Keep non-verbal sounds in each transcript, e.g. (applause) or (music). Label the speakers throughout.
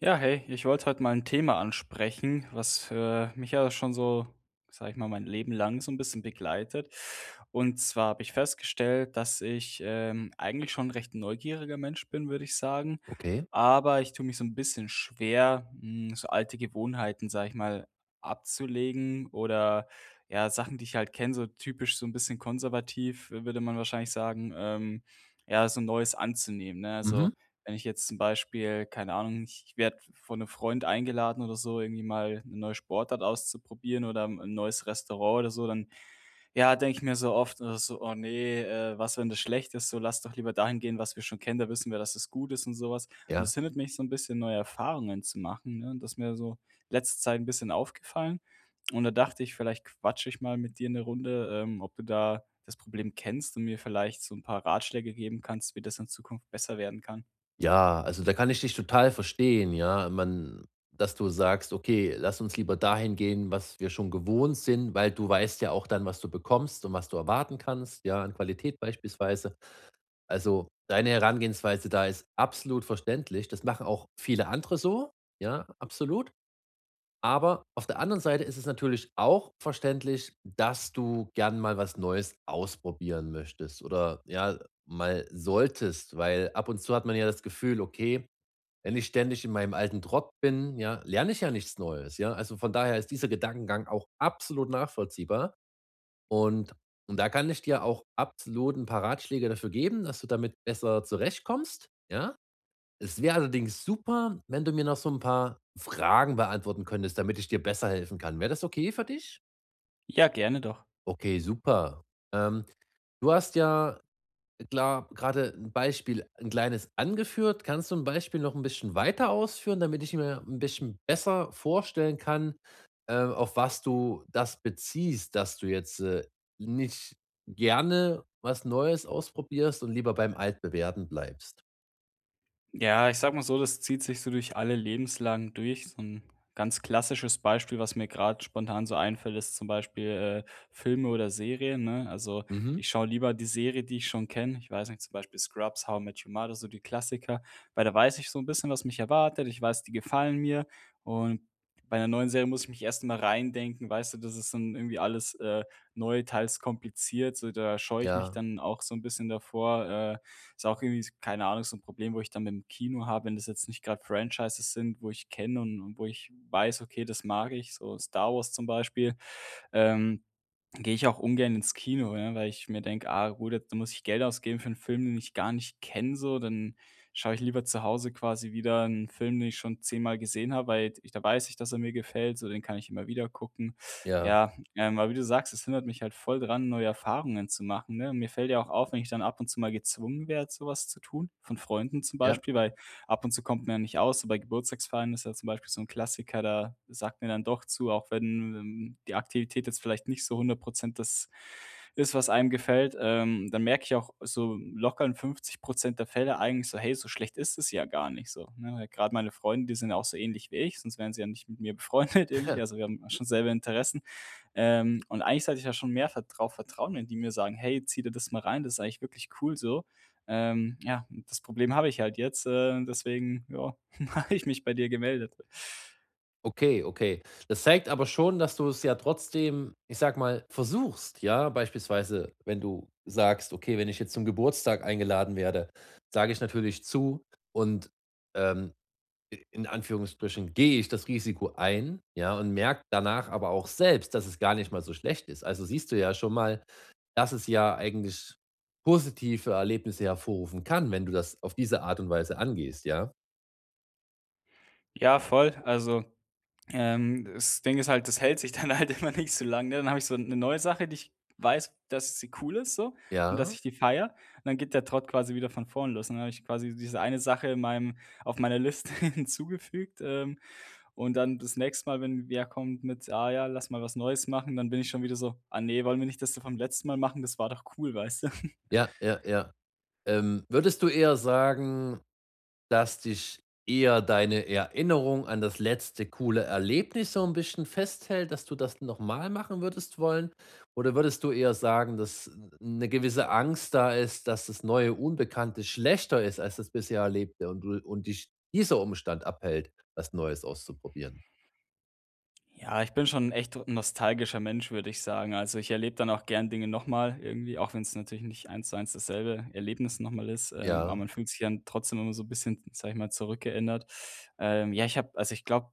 Speaker 1: Ja, hey, ich wollte heute mal ein Thema ansprechen, was, mich ja schon so, sage ich mal, mein Leben lang so ein bisschen begleitet. Und zwar habe ich festgestellt, dass ich, eigentlich schon 'n recht neugieriger Mensch bin, würde ich sagen.
Speaker 2: Okay.
Speaker 1: Aber ich tue mich so ein bisschen schwer, so alte Gewohnheiten, sage ich mal, abzulegen oder, ja, Sachen, die ich halt kenne, so typisch so ein bisschen konservativ, würde man wahrscheinlich sagen, ja, so Neues anzunehmen, ne?
Speaker 2: Mhm.
Speaker 1: Also wenn ich jetzt zum Beispiel, keine Ahnung, ich werde von einem Freund eingeladen oder so, irgendwie mal 'ne neue Sportart auszuprobieren oder ein neues Restaurant oder so, dann, ja, denke ich mir so oft, so: „Oh nee, was, wenn das schlecht ist? So, lass doch lieber dahin gehen, was wir schon kennen, da wissen wir, dass es gut ist“ und sowas. Und
Speaker 2: Ja.
Speaker 1: das hindert mich so ein bisschen, neue Erfahrungen zu machen, ne? Und das ist mir so letzte Zeit ein bisschen aufgefallen. Und da dachte ich, vielleicht quatsche ich mal mit dir 'ne Runde, ob du da das Problem kennst und mir vielleicht so ein paar Ratschläge geben kannst, wie das in Zukunft besser werden kann.
Speaker 2: Ja, also da kann ich dich total verstehen, ja. Man dass du sagst: „Okay, lass uns lieber dahin gehen, was wir schon gewohnt sind“, weil du weißt ja auch dann, was du bekommst und was du erwarten kannst, ja, an Qualität beispielsweise. Also, deine Herangehensweise da ist absolut verständlich. Das machen auch viele andere so, ja, absolut. Aber auf der anderen Seite ist es natürlich auch verständlich, dass du gern mal was Neues ausprobieren möchtest oder ja, mal solltest, weil ab und zu hat man ja das Gefühl, okay, wenn ich ständig in meinem alten Trott bin, ja, lerne ich ja nichts Neues, ja. Also von daher ist dieser Gedankengang auch absolut nachvollziehbar und und da kann ich dir auch absolut ein paar Ratschläge dafür geben, dass du damit besser zurechtkommst, ja? Es wäre allerdings super, wenn du mir noch so ein paar Fragen beantworten könntest, damit ich dir besser helfen kann. Wäre das okay für dich?
Speaker 1: Ja, gerne doch.
Speaker 2: Okay, super. Ähm, Du hast ja klar gerade ein Beispiel ein kleines angeführt. Kannst du ein Beispiel noch ein bisschen weiter ausführen, damit ich mir ein bisschen besser vorstellen kann, auf was du das beziehst, dass du jetzt, nicht gerne was Neues ausprobierst und lieber beim Altbewährten bleibst?
Speaker 1: Ja, ich sag mal so, das zieht sich so durch alle Lebenslagen durch. So ein ganz klassisches Beispiel, was mir gerade spontan so einfällt, ist zum Beispiel, Filme oder Serien, ne? Also,
Speaker 2: Mhm.
Speaker 1: ich schaue lieber die Serie, die ich schon kenne. Ich weiß nicht, zum Beispiel Scrubs, How I Met Your Mother, so die Klassiker, weil da weiß ich so ein bisschen, was mich erwartet. Ich weiß, die gefallen mir und bei einer neuen Serie muss ich mich erst mal reindenken, weißt du? Das ist dann irgendwie alles, neu, teils kompliziert, so da scheue ich mich
Speaker 2: Ja,
Speaker 1: dann auch so ein bisschen davor. Ist auch irgendwie, keine Ahnung, so ein Problem, wo ich dann mit'm Kino habe, wenn das jetzt nicht gerade Franchises sind, wo ich kenne und wo ich weiß: „Okay, das mag ich“, so Star Wars zum Beispiel. Ähm Gehe ich auch ungern ins Kino, ne, weil ich mir denke: „Ah gut, jetzt muss ich Geld ausgeben für einen Film, den ich gar nicht kenne so, dann schaue ich lieber zu Hause quasi wieder einen Film, den ich schon zehnmal gesehen habe, weil ich da weiß ich, dass er mir gefällt, so den kann ich immer wieder gucken.“
Speaker 2: ja,
Speaker 1: Ja, aber wie du sagst, es hindert mich halt voll dran, neue Erfahrungen zu machen, ne? Und mir fällt ja auch auf, wenn ich dann ab und zu mal gezwungen werde, sowas zu tun, von Freunden zum
Speaker 2: ja.
Speaker 1: Beispiel, weil ab und zu kommt man ja nicht aus, so bei Geburtstagsfeiern ist ja zum Beispiel so ein Klassiker, da sagt mir dann doch zu, auch wenn, die Aktivität jetzt vielleicht nicht so 100% das ist, was einem gefällt. Dann merke ich auch so locker in 50% der Fälle eigentlich so: „Hey, so schlecht ist es ja gar nicht so“, ne? Grad meine Freunde, die sind ja auch so ähnlich wie ich, sonst wären sie ja nicht mit mir befreundet (laughs) irgendwie. Also,
Speaker 2: (laughs)
Speaker 1: wir haben schon selber Interessen. Und eigentlich sollte ich da schon mehr vert drauf vertrauen, wenn die mir sagen: „Hey, zieh dir das mal rein, das ist eigentlich wirklich cool so.“ Ja, das Problem habe ich halt jetzt, deswegen, ja, (laughs) habe ich mich bei dir gemeldet.
Speaker 2: Okay, okay. Das zeigt aber schon, dass du es ja trotzdem, ich sag mal, versuchst, ja? Beispielsweise, wenn du sagst: „Okay, wenn ich jetzt zum Geburtstag eingeladen werde, sage ich natürlich zu und, ähm, in Anführungsstrichen gehe ich das Risiko ein“, ja? Und merke danach aber auch selbst, dass es gar nicht mal so schlecht ist. Also, siehst du ja schon mal, dass es ja eigentlich positive Erlebnisse hervorrufen kann, wenn du das auf diese Art und Weise angehst, ja?
Speaker 1: Ja, voll. Also, das Ding ist halt, das hält sich (laughs) dann halt immer nicht so lange, ne? Dann habe ich so 'ne neue Sache, die ich weiß, dass sie cool ist so und dass
Speaker 2: Ja,
Speaker 1: ich die feiere. Und dann geht der Trott quasi wieder von vorne los. Und dann habe ich quasi diese eine Sache in meinem auf meiner Liste (laughs) hinzugefügt, und dann das nächste Mal, wenn wer kommt mit: „Ah ja, lass mal was Neues machen“, dann bin ich schon wieder so: „Ah nee, wollen wir nicht das so vom letzten Mal machen? Das war doch cool“, weißt du?
Speaker 2: ja, ja, ja. Würdest du eher sagen, dass dich eher deine Erinnerung an das letzte coole Erlebnis so ein bisschen festhält, dass du das noch mal machen würdest wollen? Oder würdest du eher sagen, dass eine gewisse Angst da ist, dass das neue Unbekannte schlechter ist als das bisher Erlebte und du und dich dieser Umstand abhält, was Neues auszuprobieren?
Speaker 1: Ja, ich bin schon ein echt nostalgischer Mensch, würde ich sagen. Also, ich erlebe dann auch gern Dinge nochmal irgendwie, auch wenn es natürlich nicht eins zu eins dasselbe Erlebnis nochmal ist, aber
Speaker 2: Ja,
Speaker 1: man fühlt sich dann trotzdem immer so ein bisschen, sage ich mal, zurückgeerinnert. Ja, Ich habe also, ich glaube,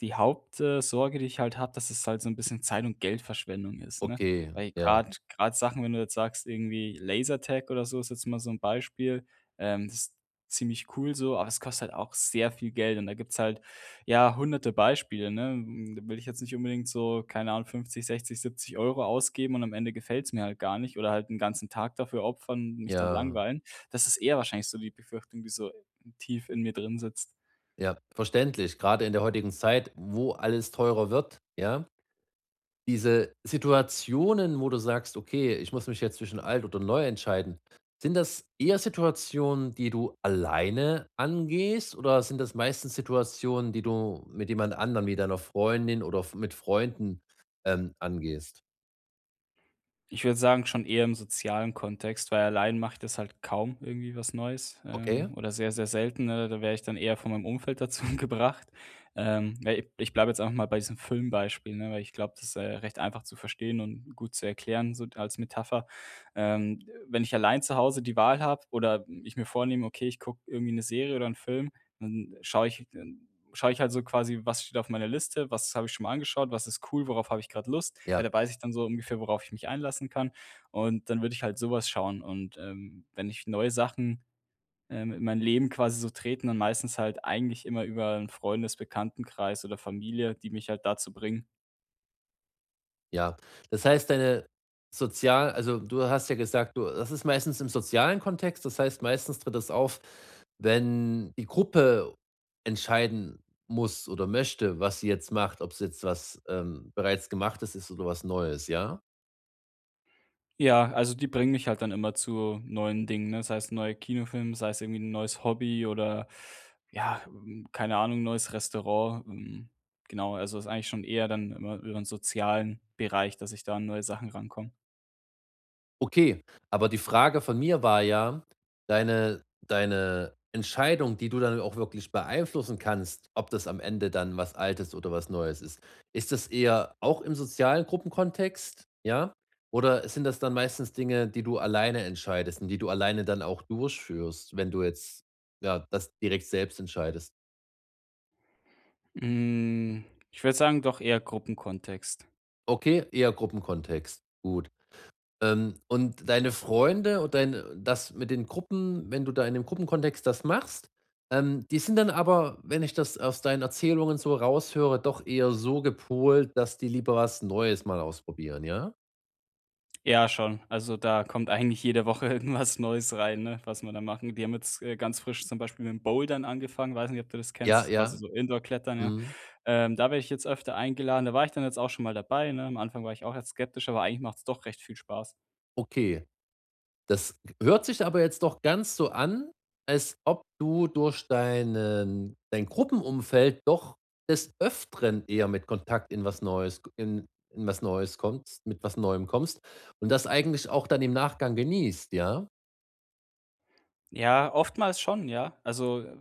Speaker 1: die Hauptsorge, die ich halt habe, dass es halt so ein bisschen Zeit und Geldverschwendung ist, ne?
Speaker 2: okay.
Speaker 1: Weil
Speaker 2: Ja,
Speaker 1: gerade Sachen, wenn du jetzt sagst, irgendwie Lasertag oder so ist jetzt mal so ein Beispiel, das ist ziemlich cool so, aber es kostet halt auch sehr viel Geld und da gibt's halt ja, hunderte Beispiele, ne? Da will ich jetzt nicht unbedingt so, keine Ahnung, 50, 60, 70 Euro ausgeben und am Ende gefällt's mir halt gar nicht oder halt einen ganzen Tag dafür opfern und mich dann
Speaker 2: ja,
Speaker 1: langweilen. Das ist eher wahrscheinlich so die Befürchtung, die so tief in mir drin sitzt.
Speaker 2: ja, verständlich. Gerade in der heutigen Zeit, wo alles teurer wird, ja? Diese Situationen, wo du sagst: „Okay, ich muss mich jetzt zwischen alt oder neu entscheiden“, sind das eher Situationen, die du alleine angehst, oder sind das meistens Situationen, die du mit jemand anderem, wie deiner Freundin oder f mit Freunden, angehst?
Speaker 1: Ich würde sagen, schon eher im sozialen Kontext, weil allein mache ich das halt kaum irgendwie was Neues,
Speaker 2: Okay,
Speaker 1: oder sehr, sehr selten, ne? Da wäre ich dann eher von meinem Umfeld dazu (laughs) gebracht. Ja, i Ich bleibe jetzt einfach mal bei diesem Filmbeispiel, ne, weil ich glaube, das ist, recht einfach zu verstehen und gut zu erklären, so als Metapher. Ähm, Wenn ich allein zu Hause die Wahl habe oder ich mir vornehme: „Okay, ich gucke irgendwie eine Serie oder einen Film“, dann schaue ich halt so quasi, was steht auf meiner Liste, was habe ich schon mal angeschaut, was ist cool, worauf habe ich gerade Lust, weil
Speaker 2: ja.
Speaker 1: da weiß ich dann so ungefähr, worauf ich mich einlassen kann. Und dann würde ich halt sowas schauen. Und, wenn ich neue Sachen, in mein Leben quasi so treten, dann meistens halt eigentlich immer über einen Freundes, Bekanntenkreis oder Familie, die mich halt dazu bringen.
Speaker 2: Ja, das heißt, deine sozial also, du hast ja gesagt, du das ist meistens im sozialen Kontext. Das heißt, meistens tritt das auf, wenn die Gruppe entscheiden muss oder möchte, was sie jetzt macht, ob es jetzt was, bereits Gemachtes ist oder was Neues, ja?
Speaker 1: Ja, also die bringen mich halt dann immer zu neuen Dingen, ne? Sei es 'n neuer Kinofilm, sei es irgendwie ein neues Hobby oder ja, keine Ahnung, neues Restaurant. Genau, also ist eigentlich schon eher dann immer über den sozialen Bereich, dass ich da an neue Sachen rankomme.
Speaker 2: Okay, aber die Frage von mir war ja, deine Entscheidung, die du dann auch wirklich beeinflussen kannst, ob das am Ende dann was Altes oder was Neues ist. Ist das eher auch im sozialen Gruppenkontext, ja? Oder sind das dann meistens Dinge, die du alleine entscheidest und die du alleine dann auch durchführst, wenn du jetzt, ja, das direkt selbst entscheidest?
Speaker 1: Hm, Ich würde sagen, doch eher Gruppenkontext.
Speaker 2: Okay, eher Gruppenkontext. Gut. Und deine Freunde und dein das mit den Gruppen wenn du da in dem Gruppenkontext das machst, die sind dann aber, wenn ich das aus deinen Erzählungen so raushöre, doch eher so gepolt, dass die lieber was Neues mal ausprobieren, ja?
Speaker 1: Ja, schon. Also, da kommt eigentlich jede Woche (laughs) irgendwas Neues rein, ne, was man da machen — die haben jetzt, ganz frisch zum Beispiel mit dem Bouldern angefangen. Weiß nicht, ob du das
Speaker 2: Ja,
Speaker 1: kennst, quasi
Speaker 2: ja.
Speaker 1: so Indoor-Klettern, ja.
Speaker 2: Mhm.
Speaker 1: Da werde ich jetzt öfter eingeladen. Da war ich dann jetzt auch schon mal dabei, ne? Am Anfang war ich auch erst skeptisch, aber eigentlich macht es doch recht viel Spaß.
Speaker 2: Okay. Das hört sich aber jetzt doch ganz so an, als ob du durch deinen dein Gruppenumfeld doch des Öfteren eher mit Kontakt in was Neues in was Neues kommst mit was Neuem kommst und das eigentlich auch dann im Nachgang genießt, ja?
Speaker 1: Ja, oftmals schon, ja. Also,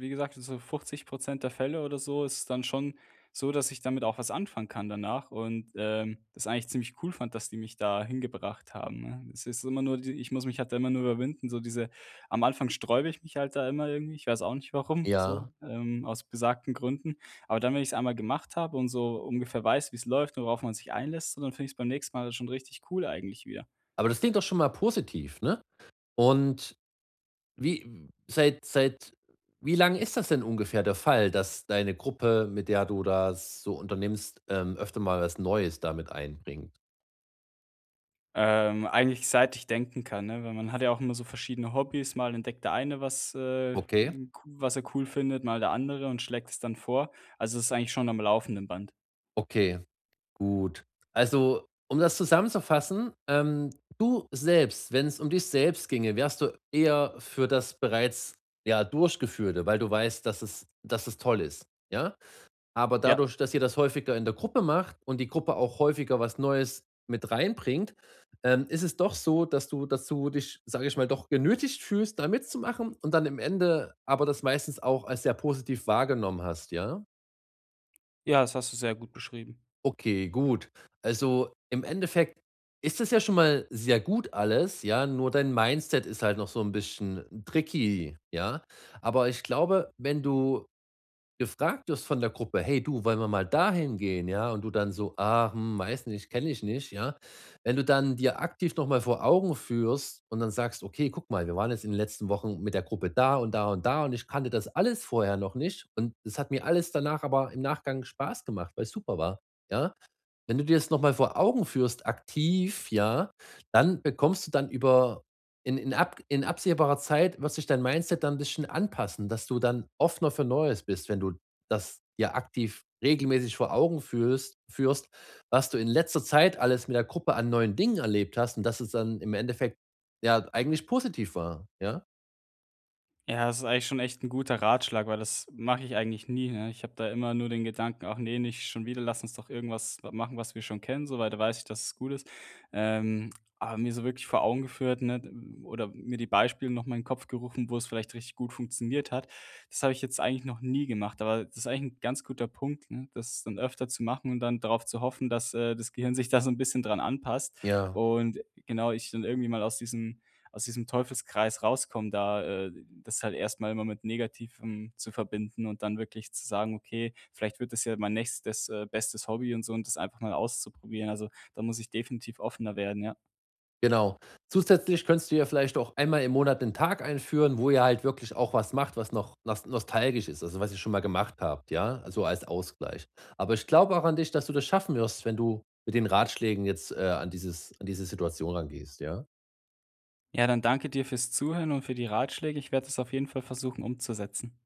Speaker 1: wie gesagt, so 50 der Fälle oder so ist es dann schon so, dass ich damit auch was anfangen kann danach und, das eigentlich ziemlich cool fand, dass die mich da hingebracht haben, ne? Es ist immer nur die — ich muss mich halt da immer nur überwinden, so diese — am Anfang sträube ich mich halt da immer irgendwie, ich weiß auch nicht warum, so,
Speaker 2: Ja.
Speaker 1: ähm, aus besagten Gründen. Aber dann, wenn ich es einmal gemacht habe und so ungefähr weiß, wie es läuft und worauf man sich einlässt, so, dann finde ich es beim nächsten Mal schon richtig cool eigentlich wieder.
Speaker 2: Aber das klingt doch schon mal positiv, ne? Und wie seit seit wie lang ist das denn ungefähr der Fall, dass deine Gruppe, mit der du das so unternimmst, öfter mal was Neues damit einbringt?
Speaker 1: Eigentlich seit ich denken kann, ne? Weil man hat ja auch immer so verschiedene Hobbys. Mal entdeckt der eine
Speaker 2: Okay,
Speaker 1: was er cool findet, mal der andere und schlägt es dann vor. Also, es ist eigentlich schon am laufenden Band.
Speaker 2: okay. Gut. Also, um das zusammenzufassen, du selbst, wenn es um dich selbst ginge, wärst du eher für das bereits, ja, Durchgeführte, weil du weißt, dass es toll ist, ja? Aber
Speaker 1: Ja,
Speaker 2: dadurch, dass ihr das häufiger in der Gruppe macht und die Gruppe auch häufiger was Neues mit reinbringt, ist es doch so, dass du dich, sage ich mal, doch genötigt fühlst, da mitzumachen und dann im Ende aber das meistens auch als sehr positiv wahrgenommen hast, ja?
Speaker 1: ja, das hast du sehr gut beschrieben.
Speaker 2: Okay, gut. Also im Endeffekt ist das ja schon mal sehr gut alles, ja, nur dein Mindset ist halt noch so ein bisschen tricky, ja? Aber ich glaube, wenn du gefragt wirst von der Gruppe: „Hey du, wollen wir mal dahin gehen?“, ja, und du dann so: „Ah, hm, weiß nicht, kenne ich nicht“, ja? Wenn du dann dir aktiv noch mal vor Augen führst und dann sagst: „Okay, guck mal, wir waren jetzt in den letzten Wochen mit der Gruppe da und da und da und ich kannte das alles vorher noch nicht und es hat mir alles danach aber im Nachgang Spaß gemacht, weil's super war“, ja? Wenn du dir das noch mal vor Augen führst, aktiv, ja, dann bekommst du dann über in absehbarer Zeit wird sich dein Mindset dann 'n bisschen anpassen, dass du dann offener für Neues bist, wenn du das dir aktiv regelmäßig vor Augen führst, was du in letzter Zeit alles mit der Gruppe an neuen Dingen erlebt hast und dass es dann im Endeffekt, ja, eigentlich positiv war, ja?
Speaker 1: Ja, das ist eigentlich schon echt ein guter Ratschlag, weil das mache ich eigentlich nie, ne? Ich habe da immer nur den Gedanken: „Ach nee, nicht schon wieder, lass uns doch irgendwas w machen, was wir schon kennen, so, weil weiß ich, dass es gut ist.“ Ähm, aber mir so wirklich vor Augen geführt, ne, oder mir die Beispiele noch mal in den Kopf gerufen, wo es vielleicht richtig gut funktioniert hat. Das habe ich jetzt eigentlich noch nie gemacht, aber das ist eigentlich ein ganz guter Punkt, ne, das dann öfter zu machen und dann darauf zu hoffen, dass, das Gehirn sich da so ein bisschen dran anpasst
Speaker 2: Ja.
Speaker 1: und genau, ich dann irgendwie mal aus diesem Teufelskreis rauskommen, da, das halt erst mal immer mit Negativem zu verbinden und dann wirklich zu sagen: „Okay, vielleicht wird das ja mein nächstes, bestes Hobby“ und so und das einfach mal auszuprobieren. Also, da muss ich definitiv offener werden, ja.
Speaker 2: Genau. Zusätzlich könntest du ja vielleicht auch einmal im Monat 'nen Tag einführen, wo ihr halt wirklich auch was macht, was noch nas nostalgisch ist, also was ihr schon mal gemacht habt, ja, also als Ausgleich. Aber ich glaube auch an dich, dass du das schaffen wirst, wenn du mit den Ratschlägen jetzt, an diese Situation rangehst, ja?
Speaker 1: Ja, dann danke dir fürs Zuhören und für die Ratschläge. Ich werde das auf jeden Fall versuchen umzusetzen.